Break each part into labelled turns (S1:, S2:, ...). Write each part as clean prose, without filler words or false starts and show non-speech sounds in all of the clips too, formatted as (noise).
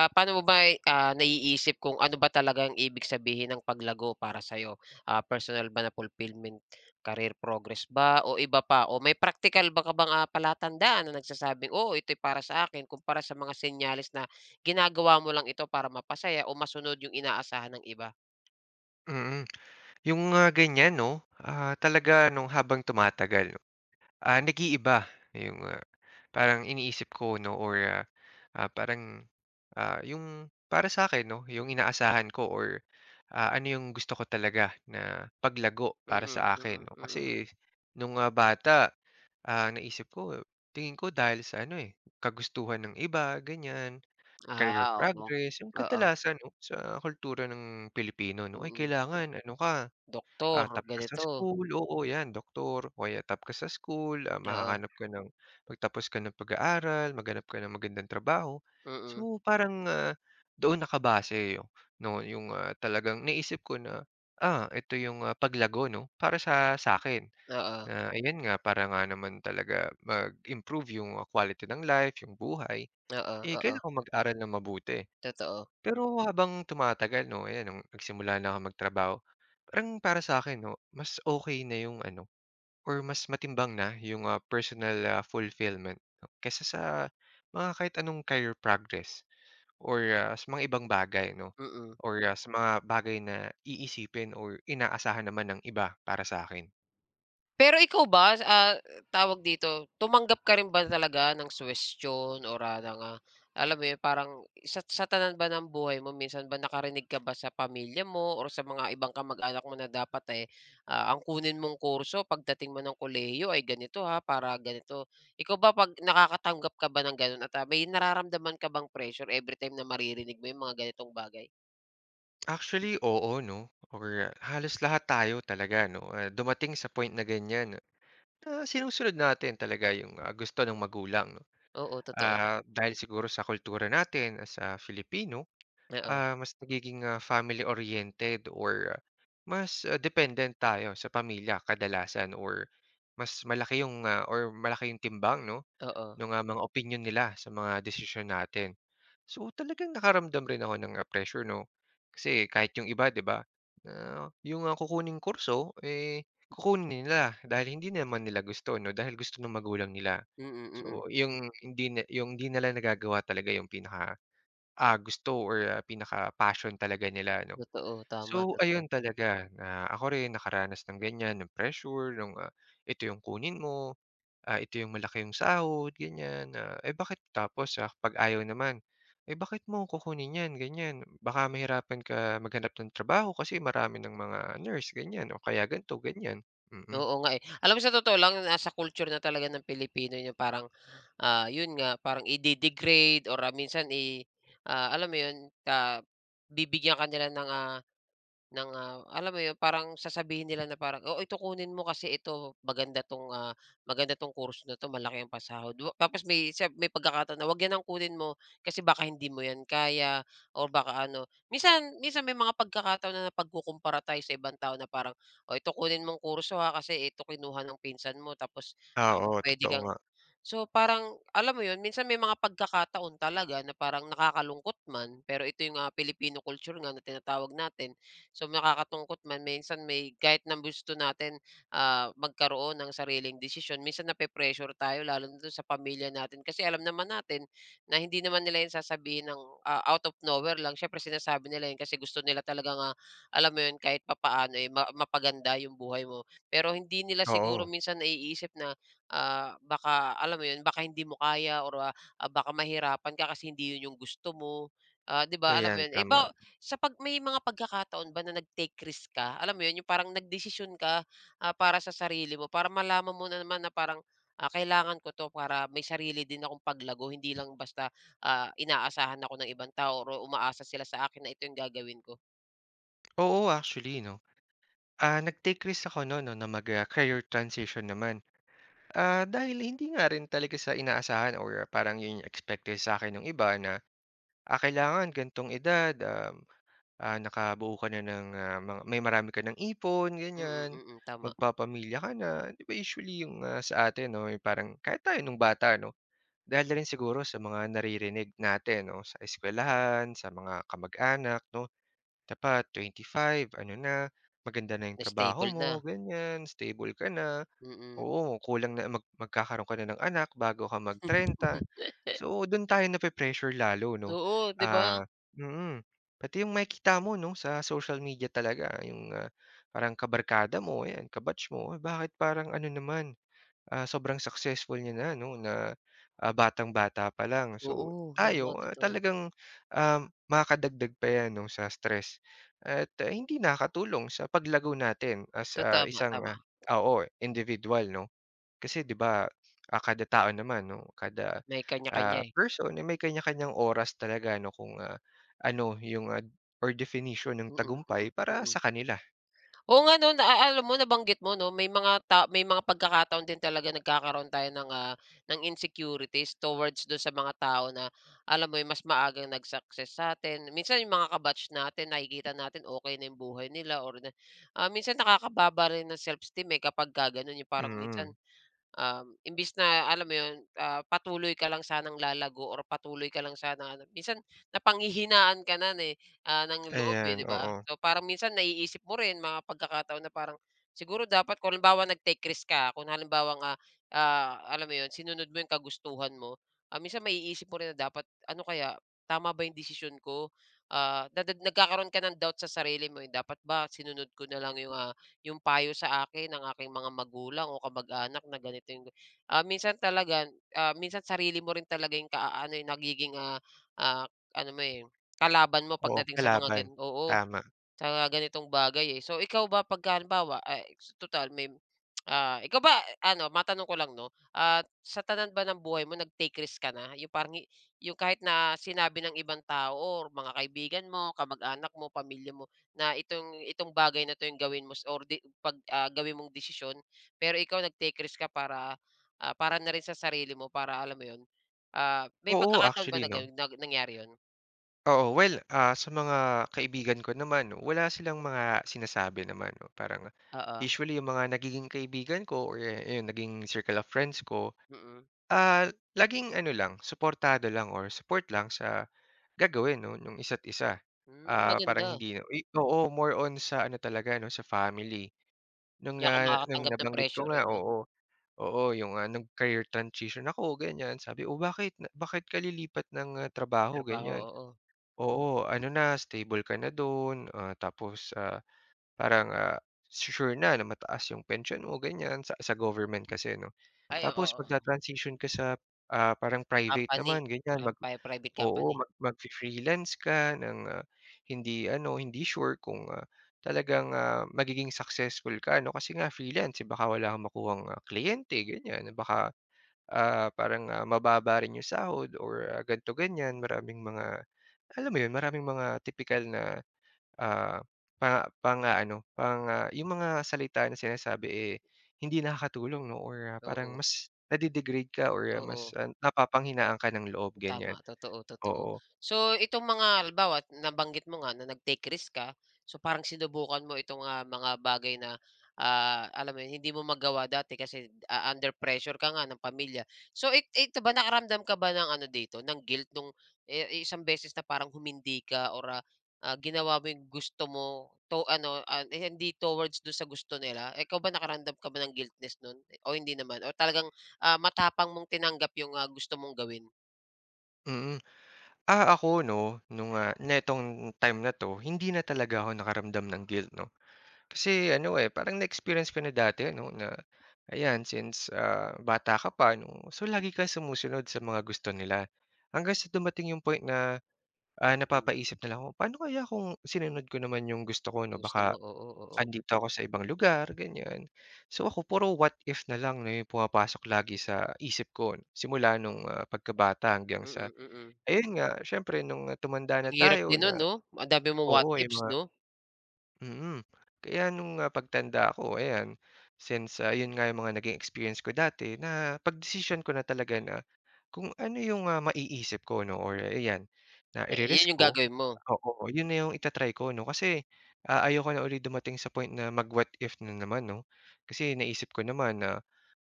S1: Paano mo ba, naiisip kung ano ba talaga ang ibig sabihin ng paglago para sa'yo? Personal ba na fulfillment, career progress ba o iba pa? O may practical ba ka bang, palatandaan na nagsasabing, "Oo, ito'y para sa akin," kumpara sa mga senyales na ginagawa mo lang ito para mapasaya o masunod yung inaasahan ng iba?
S2: Mm, yung mga ganyan 'no, talaga nung habang tumatagal, no? Nag-iiba yung, parang iniisip ko 'no, or parang, yung para sa akin 'no, yung inaasahan ko, or ano yung gusto ko talaga na paglago para
S1: Mm,
S2: sa akin
S1: mm,
S2: 'no.
S1: mm.
S2: Kasi nung, bata, naisip ko tingin ko dahil sa ano, eh, kagustuhan ng iba ganyan, career
S1: Oo.
S2: progress, yung
S1: Oo,
S2: katalasan 'no sa kultura ng Pilipino 'no, ay
S1: mm.
S2: kailangan ano ka.
S1: Doktor,
S2: Tap ka sa
S1: ganito.
S2: school, oo 'yan doktor o kaya tap ka sa school,
S1: Oo,
S2: makahanap ka ng magtapos ka ng pag-aaral, maghanap ka ng magandang trabaho.
S1: mm.
S2: So, parang, doon nakabase 'yo 'no, yung, talagang naisip ko na, ito yung, paglago 'no, para sa akin
S1: Oo,
S2: na ayan nga, para nga naman talaga mag-improve yung, quality ng life, yung buhay,
S1: oo,
S2: eh,
S1: oo.
S2: kailangan kong mag-aral ng mabuti.
S1: Totoo,
S2: Pero habang tumatagal 'no, ayan nung nagsimula na ako magtrabaho, parang para sa akin 'no, mas okay na yung ano, or mas matimbang na yung, personal, fulfillment 'no, kaysa sa mga kahit anong career progress, or sa mga ibang bagay 'no,
S1: mm.
S2: or sa mga bagay na iisipin or inaasahan naman ng iba para sa akin.
S1: Pero ikaw ba, tawag dito, tumanggap ka rin ba talaga ng suhestiyon or, ng, alam mo yun parang sa tanan ba ng buhay mo minsan ba nakarinig ka ba sa pamilya mo or sa mga ibang kamag-anak mo na dapat, eh, ang kunin mong kurso pagdating mo ng kolehiyo ay ganito, ha, para ganito. Ikaw ba 'pag nakakatanggap ka ba ng gano'n at, may nararamdaman ka bang pressure everytime na maririnig mo yung mga ganitong bagay?
S2: Actually, oo 'no, or halos lahat tayo talaga 'no, dumating sa point na ganyan, na sinusunod natin talaga yung, gusto ng magulang 'no.
S1: Oo, totoo.
S2: Dahil siguro sa kultura natin as a Filipino,
S1: Oo,
S2: mas nagiging, family-oriented, or mas, dependent tayo sa pamilya kadalasan, or mas malaki yung, ah, or malaki yung timbang 'no
S1: oo.
S2: nung, mga opinion nila sa mga desisyon natin. So, talagang nakaramdam rin ako ng, pressure 'no, kasi kahit yung iba 'di ba, na yung, kukuning kurso, eh, kukunin nila dahil hindi naman nila gusto 'no, dahil gusto ng magulang nila.
S1: Mm, mm, mm.
S2: So, yung hindi nila nagagawa talaga yung pinaka, gusto, or pinaka-passion talaga nila 'no.
S1: Totoo, tama,
S2: So,
S1: totoo.
S2: ayun talaga na ako rin nakaranas ng ganyan, ng pressure, "Ito yung kunin mo." Ito yung malaki yung sahod ganyan na, eh, bakit tapos, kapag ayaw naman, eh, bakit mo kukunin yan ganyan, baka mahirapan ka maghanap ng trabaho kasi marami ng mga nurse ganyan o kaya ganito, ganyan. Mm.
S1: Oo nga, eh. Alam mo sa totoo lang nasa culture na talaga ng Pilipino yung parang, yun nga parang ide-degrade or, minsan alam mo yun, ah, bibigyan ka nila ng, alam mo yun parang sasabihin nila na parang, "Oo, ito kunin mo kasi ito maganda 'tong course na 'to malaki ang pasahod." Tapos may isa may pagkakataon na, "Wag 'yan ang kunin mo kasi baka hindi mo 'yan kaya or baka ano." Minsan minsan may mga pagkakataon na napagkukumpara tayo sa ibang tao na parang, "Oh, ito kunin mong kurso, ha, kasi ito kinuha ng pinsan mo tapos,
S2: Oo,
S1: pupuwede
S2: totoo
S1: kang."
S2: nga.
S1: So, parang alam mo 'yun, minsan may mga pagkakataon talaga na parang nakakalungkot man, pero ito 'yung, Filipino culture nga na tinatawag natin. So, nakakatungkot man minsan may kahit na gusto natin, magkaroon ng sariling desisyon minsan nape-pressure tayo lalo na do'n sa pamilya natin kasi alam naman natin na hindi naman nila 'yan sasabihin ng, out of nowhere lang. Siyempre sinasabi nila 'yun kasi gusto nila talaga nga alam mo 'yun, kahit papaano, eh, mapaganda 'yung buhay mo. Pero hindi nila siguro
S2: Oo,
S1: minsan naiisip na baka alam mo yun, baka hindi mo kaya or, baka mahirapan ka kasi hindi yun yung gusto mo, 'di ba alam mo
S2: ayan,
S1: yun? Eh,
S2: tama.
S1: sa 'pag may mga pagkakataon ba na nag-take risk ka, alam mo yun, yung parang nagdesisyon ka, para sa sarili mo para malaman mo na naman na parang, kailangan ko 'to para may sarili din akong paglago hindi lang basta, inaasahan ako ng ibang tao or umaasa sila sa akin na ito yung gagawin ko.
S2: Oo, actually 'no, nag-take risk ako nun 'no na mag, career transition naman. Dahil hindi nga rin talaga sa inaasahan, or parang yun yung expected sa akin ng iba na, kailangan gan'tong edad, nakabuo ka na ng, mga may marami ka ng ipon
S1: Mm,
S2: ganyan,
S1: mm, mm, tama,
S2: magpapamilya ka na, 'di ba usually yung, sa atin 'no, yung parang kahit tayo nung bata 'no, dahil na rin siguro sa mga naririnig natin 'no, sa eskuwelahan, sa mga kamag-anak 'no, dapat five ano na, maganda na yung
S1: na
S2: trabaho
S1: stable na,
S2: mo ganyan, stable ka na,
S1: mm.
S2: oo kulang na magkakaroon ka na ng anak bago ka mag-trenta.
S1: (laughs)
S2: So, dun tayo nape-pressure lalo 'no,
S1: Oo, 'di ba?
S2: ah mm. Pati yung makikita mo 'no, sa social media talaga yung, parang kabarkada mo, ayan, kabatch mo, "Uy, bakit parang ano naman, sobrang successful niya na 'no, na, batang-bata pa lang."
S1: Oo,
S2: So,
S1: tama
S2: tayo,
S1: totoo.
S2: talagang, um, makakadagdag pa 'yan 'no, sa stress at, hindi nakatulong sa paglago natin as,
S1: Tama,
S2: isang,
S1: tama.
S2: oo, individual 'no. Kasi 'di ba, kada tao naman 'no, kada,
S1: May kanya-kanya, eh.
S2: person ay may kanya-kanyang oras talaga 'no kung, ano yung, or definition ng
S1: Mm, mm,
S2: tagumpay para sa
S1: mm.
S2: kanila.
S1: Oo nga 'no, na a alam mo nabanggit mo 'no, may mga pagkakataon din talaga nagkakaroon tayo ng insecurities towards dun sa mga tao na alam mo yun, mas maagang nag-success sa'tin. Minsan yung mga ka-batch natin nakikita natin okey na yung buhay nila or minsan nakakababa rin ng self-esteem, eh, kapagka ganun. Yung parang minsan,
S2: Mm,
S1: Imbis na alam mo 'yun, patuloy ka lang sanang lalago or patuloy ka lang sana ano, minsan napanghihinaan ka na, eh, ng loob, eh,
S2: ayan,
S1: 'di ba?
S2: oo.
S1: So, parang minsan naiisip mo rin mga pagkakataon na parang siguro dapat kung halimbawa nag-take risk ka, kung halimbawa nga alam mo 'yun, sinunod mo 'yung kagustuhan mo, minsan maiisip mo rin na dapat ano kaya, tama ba 'yung desisyon ko? Nagkakaroon ka ng doubt sa sarili mo, eh, dapat ba sinunod ko na lang yung payo sa akin ng aking mga magulang o kamag-anak na ganito yung minsan talaga, minsan sarili mo rin talaga yung ano, yung nagiging, ah, ano mo, eh, kalaban mo
S2: Oo,
S1: pagdating sa mga
S2: kalaban,
S1: gan. Oo.
S2: tama.
S1: Sa mga ganitong bagay, eh. So, ikaw ba pagka halimbawa, ay tutal ikaw ba ano matanong ko lang 'no, sa tanan ba ng buhay mo nag-take risk ka na? Yung parang yung kahit na sinabi ng ibang tao or mga kaibigan mo, kamag-anak mo, pamilya mo na itong itong bagay na 'to yung gawin mo or di pag, gawin mong desisyon, pero ikaw nag-take risk ka para na rin sa sarili mo para alam mo 'yun, may
S2: Oo,
S1: pagkakataon ba
S2: actually
S1: na
S2: 'no.
S1: gano'n na nangyari 'yun?
S2: Oo, well, sa mga kaibigan ko naman 'no, wala silang mga sinasabi naman 'no. Parang
S1: Oo.
S2: usually yung mga nagiging kaibigan ko, or ayun naging circle of friends ko,
S1: Mm.
S2: ah, laging ano lang, suportado lang or support lang sa gagawin 'no, yung isa't isa.
S1: Hmm,
S2: Parang
S1: maganda.
S2: hindi uy, oo, more on sa ano talaga 'no, sa family.
S1: Di ako
S2: Nung
S1: makakatanggap ng
S2: nabanggit ko
S1: pressure,
S2: nga,
S1: eh, 'no?
S2: oo, oo, yung, nag-career transition ako ganyan. Sabi, "Oh, bakit ka lilipat ng, trabaho?"
S1: Trabaho,
S2: Ganyan.
S1: oo.
S2: "Oo, ano na, stable ka na dun, tapos, parang, sure na na mataas yung pensyon mo," ganyan, sa government kasi 'no.
S1: Ay, oo,
S2: "Tapos
S1: oo.
S2: magta-transition ka sa, parang private
S1: Company,
S2: naman," ganyan,
S1: kram pri Private
S2: oo,
S1: company.
S2: magfi-freelance ka ng, hindi ano, hindi sure kung, talagang, magiging successful ka ano, kasi nga freelance, eh, baka wala kang makuhang, kliyente ganyan, baka, parang, mababa rin yung sahod, or ganito ganyan. Maraming mga alam mo yun, maraming mga tipikal na, ah, pa pang-aano, pang, ah, yung mga salita na sinasabi, eh, hindi nakakatulong 'no, or parang
S1: Oo,
S2: mas nade-degrade ka, or mas,
S1: oo.
S2: napapanghinaan ka ng loob ganyan,
S1: Tama, totoo, totoo.
S2: oo.
S1: So itong mga halimbawa nabanggit mo nga na nag-take risk ka, so parang sinubukan mo itong, mga bagay na, alam mo yun, hindi mo magawa dati kasi, under pressure ka nga ng pamilya. So ito ba nakaramdam ka ba ng ano dito, ng guilt nung, eh, isang beses na parang humindi ka or, ginawa mo yung gusto mo to ano, eh, hindi towards sa gusto nila? Ikaw ba nakaramdam ka ba ng guiltness nun o hindi naman? O talagang, matapang mong tinanggap yung, gusto mong gawin?
S2: Mm. Ako 'no, nung, netong time na 'to, hindi na talaga ako nakaramdam ng guilt 'no. Kasi ano, eh, parang na-experience ko na dati no na ayan since, bata ka pa 'no, so lagi kang sumusunod sa mga gusto nila. Hanggang sa dumating yung point na,
S1: Mm.
S2: napapaisip na lang ako, "Paano kaya kung sinunod ko naman yung gusto ko 'no,
S1: Ang gusto mo,
S2: baka
S1: oo, oo.
S2: andito ako sa ibang lugar," ganyan. So ako puro what if na lang na yung pumapasok lagi sa isip ko simula nung, pagkabata hanggang sa
S1: Mm, mm.
S2: ayun nga, siyempre nung tumanda na
S1: Ang hirap
S2: tayo
S1: din
S2: na
S1: nun 'no? Ang dami mong what
S2: oo, yung
S1: ifs
S2: mga
S1: 'no?
S2: Mm. Kaya nung, pagtanda ko ayan, since, yun nga yung mga naging experience ko dati napagdesisyon ko na talaga na kung ano yung, maiisip ko 'no, or ayan, na
S1: Eh, yun
S2: ire-risk
S1: yung
S2: ko,
S1: gagawin mo?
S2: oo, yun na yung itatry ko 'no. Kasi, ayoko na ulit dumating sa point na mag-what if na naman 'no. Kasi naisip ko naman na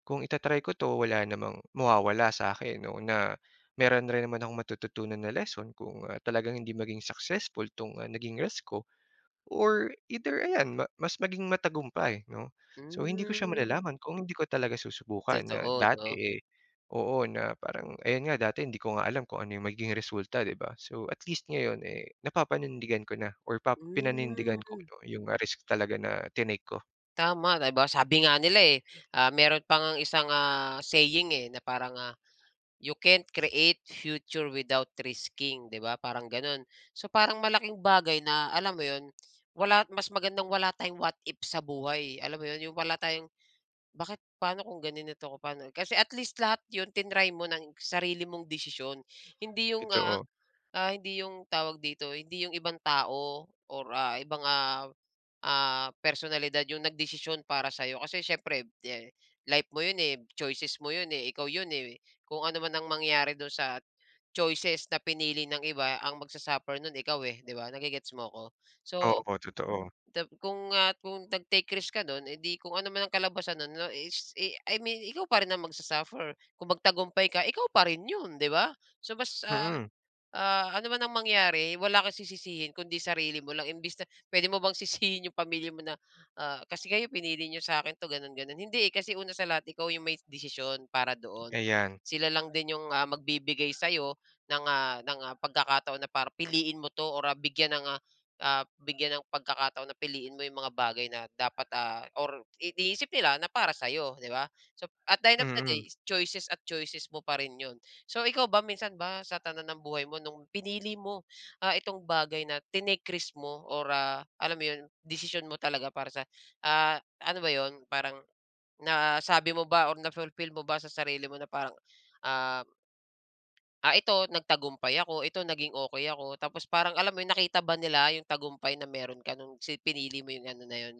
S2: kung itatry ko 'to wala namang mawawala sa akin, 'no, na meron rin naman akong matututunan na lesson kung, talagang hindi maging successful 'tong, naging risk ko. Or either ayan mas maging matagumpay 'no. So hindi ko siya
S1: Hmm,
S2: malalaman kung hindi ko talaga susubukan na
S1: totoo
S2: dati,
S1: 'no?
S2: eh, oo, na parang ayan nga dati hindi ko nga alam kung ano yung magiging resulta, 'di ba? So at least ngayon, eh, napapanindigan ko na, or pinanindigan ko
S1: Hmm,
S2: 'no yung, risk talaga na tinake ko.
S1: tama, 'di ba sabi nga nila, eh, meron pa ngang isang, saying, eh, na parang, "You can't create future without risking," 'di ba parang ganon. So, parang malaking bagay na alam mo yun, wala, mas magandang wala tayong what if sa buhay, alam mo yun? Yung wala tayong. Bakit paano kung ganinito ko, paano kasi at least lahat 'yun tinry mo ng sarili mong desisyon. Hindi 'yung, ah,
S2: Totoo,
S1: hindi 'yung tawag dito, hindi 'yung ibang tao or, ibang, personalidad 'yung nagdesisyon para sa'yo. Kasi siyempre, eh, life mo 'yun, eh, choices mo 'yun, eh, ikaw 'yun, eh. Kung ano man ang mangyari do'n sa choices na pinili ng iba, ang magsa nun ikaw, eh, 'di ba, nage mo ko. So
S2: oo, totoo.
S1: Kung nag-take risk ka don, eh, di kung ano man ang kalabasan nun no is, eh, I mean ikaw pa rin ang magsa-suffer. Kung magtagumpay ka, ikaw pa rin yun, 'di ba? So mas,
S2: Mm,
S1: ano man ang mangyari wala kang sisisihin kundi sarili mo lang imbis na puwede mo bang sisihin yung pamilya mo na, "Kasi kayo pinili niyo sa'kin 'to ganon ganon." Hindi, eh, kasi una sa lahat ikaw yung may desisyon para doon.
S2: ayan,
S1: Sila lang din yung, magbibigay sa'yo ng, pagkakataon na para piliin mo 'to or, bigyan ng pagkakataon na piliin mo yung mga bagay na dapat, or iniisip nila na para sa'yo, 'di ba? So, at the end of the
S2: mm.
S1: day, choices at choices mo pa rin 'yun. So, ikaw ba minsan ba sa tanan ng buhay mo nung pinili mo, itong bagay na tinekris mo or, alam mo 'yun, desisyon mo talaga para sa, ano ba 'yun, parang nasabi mo ba or na-fulfill mo ba sa sarili mo na parang, ah ito nagtagumpay ako, ito naging okey ako tapos parang alam mo yun nakita ba nila yung tagumpay na meron ka nung pinili mo yung ano na yun,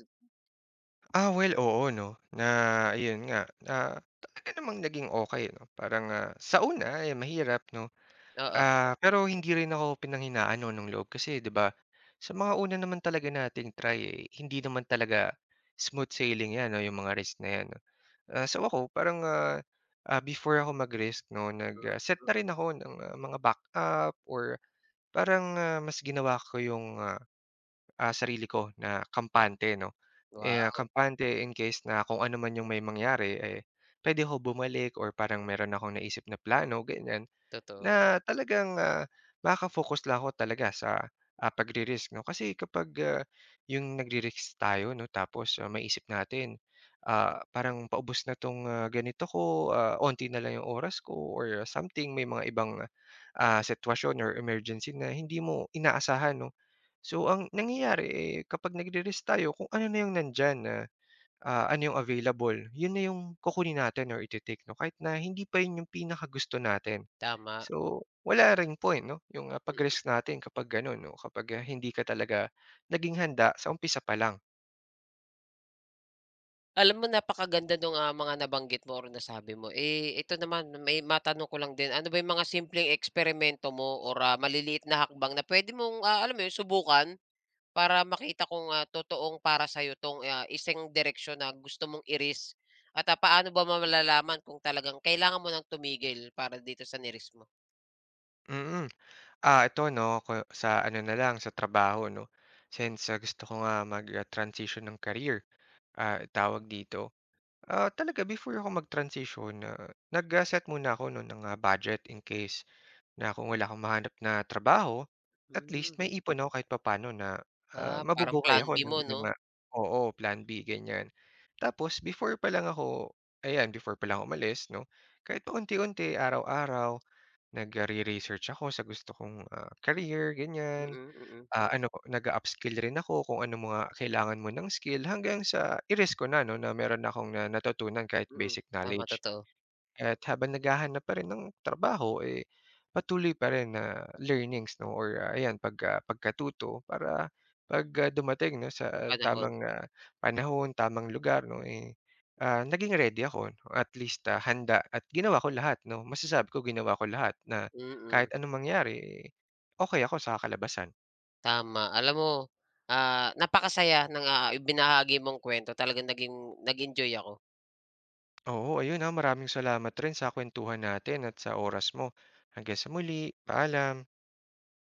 S2: Well oo 'no, na ayun nga, na talaga namang naging okay 'no. Parang, sa una, eh, mahirap 'no.
S1: oo.
S2: Pero hindi rin ako pinanghinaan 'no, ng loob kasi 'di ba, sa mga una naman talaga nating try, eh, hindi naman talaga smooth sailing 'yan 'no, yung mga risk na 'yan 'no. So ako parang, before ako mag-risk 'no, nag,
S1: Mm,
S2: set na
S1: mm.
S2: rin ako ng, mga backup, or parang, mas ginawa ko yung, sarili ko na kampante 'no. Eh,
S1: Wow,
S2: kampante in case na kung ano man yung may mangyari, eh, pwede ako bumalik, or parang meron akong naisip na plano, ganyan.
S1: totoo,
S2: Na talagang, makaka-focus lang ako talaga sa, pagre-risk 'no. Kasi kapag, yung nagre-risk tayo 'no tapos, maisip natin, parang paubos na 'tong, ganito ko, onti na lang yung oras ko or something, may mga ibang, sitwasyon or emergency na hindi mo inaasahan 'no. So ang nangyayari, eh, kapag nagre-risk tayo kung ano na yung nandiyan na, ano yung available, yun na yung kukunin natin or ite-take 'no kahit na hindi pa yun yung pinakagusto natin.
S1: tama,
S2: So, wala ring point 'no, yung,
S1: mm.
S2: pag-risk natin kapag gano'n 'no, kapag, hindi ka talaga naging handa sa umpisa pa lang,
S1: Alam mo napakaganda nung, mga nabanggit mo or nasabi mo, eh, ito naman may matanong ko lang din, ano ba yung mga simpleng eksperimento mo or, maliliit na hakbang na puwede mong, alam mo yun subukan? Para makita kung, totoong para sa'yo 'tong, isang direksyon na gusto mong at, paano ba malalaman kung talagang kailangan mo ng tumigil para dito sa ni mo?
S2: mm. Ito 'no, sa ano na lang, sa trabaho 'no, since, gusto ko nga mag, transition ng career, tawag dito. Talaga before ako mag-transition, nag, set muna ako 'no ng, budget in case na kung wala akong mahanap na trabaho, at
S1: Hmm,
S2: least may ipon ako kahit papaano na,
S1: parang
S2: mabubuhay
S1: plan B
S2: ako ng
S1: mo 'no?
S2: ilang, oo, plan B, ganyan. Tapos before pa lang ako umalis 'no, kahit paunti-unti, araw-araw, nagre-research ako sa gusto kong, career,
S1: Mm,
S2: ganyan.
S1: mm, mm,
S2: Ano ko, nag upskill rin ako kung ano mga kailangan mo ng skill hanggang sa i-risk ko na 'no, na meron akong na natutunan kahit
S1: mm.
S2: basic
S1: Tama,
S2: knowledge.
S1: totoo,
S2: At habang naghahanap pa rin ng trabaho, eh, patuloy pa rin na learnings 'no, or ayan pagkatuto para 'pag, dumating 'no
S1: yung
S2: sa
S1: panahon,
S2: tamang, panahon, tamang lugar 'no, eh, naging ready ako no? At least, handa at ginawa ko lahat 'no. Masasabi ko ginawa ko lahat na
S1: mm,
S2: kahit
S1: mm.
S2: anong mangyari, eh, okey ako sa kalabasan.
S1: Tama. Alam mo, napakasaya ng, ibinahagi mong kwento. Talagang nag-enjoy ako.
S2: Oo, ayun, maraming salamat rin sa kwentuhan natin at sa oras mo. Hanggang sa muli, paalam.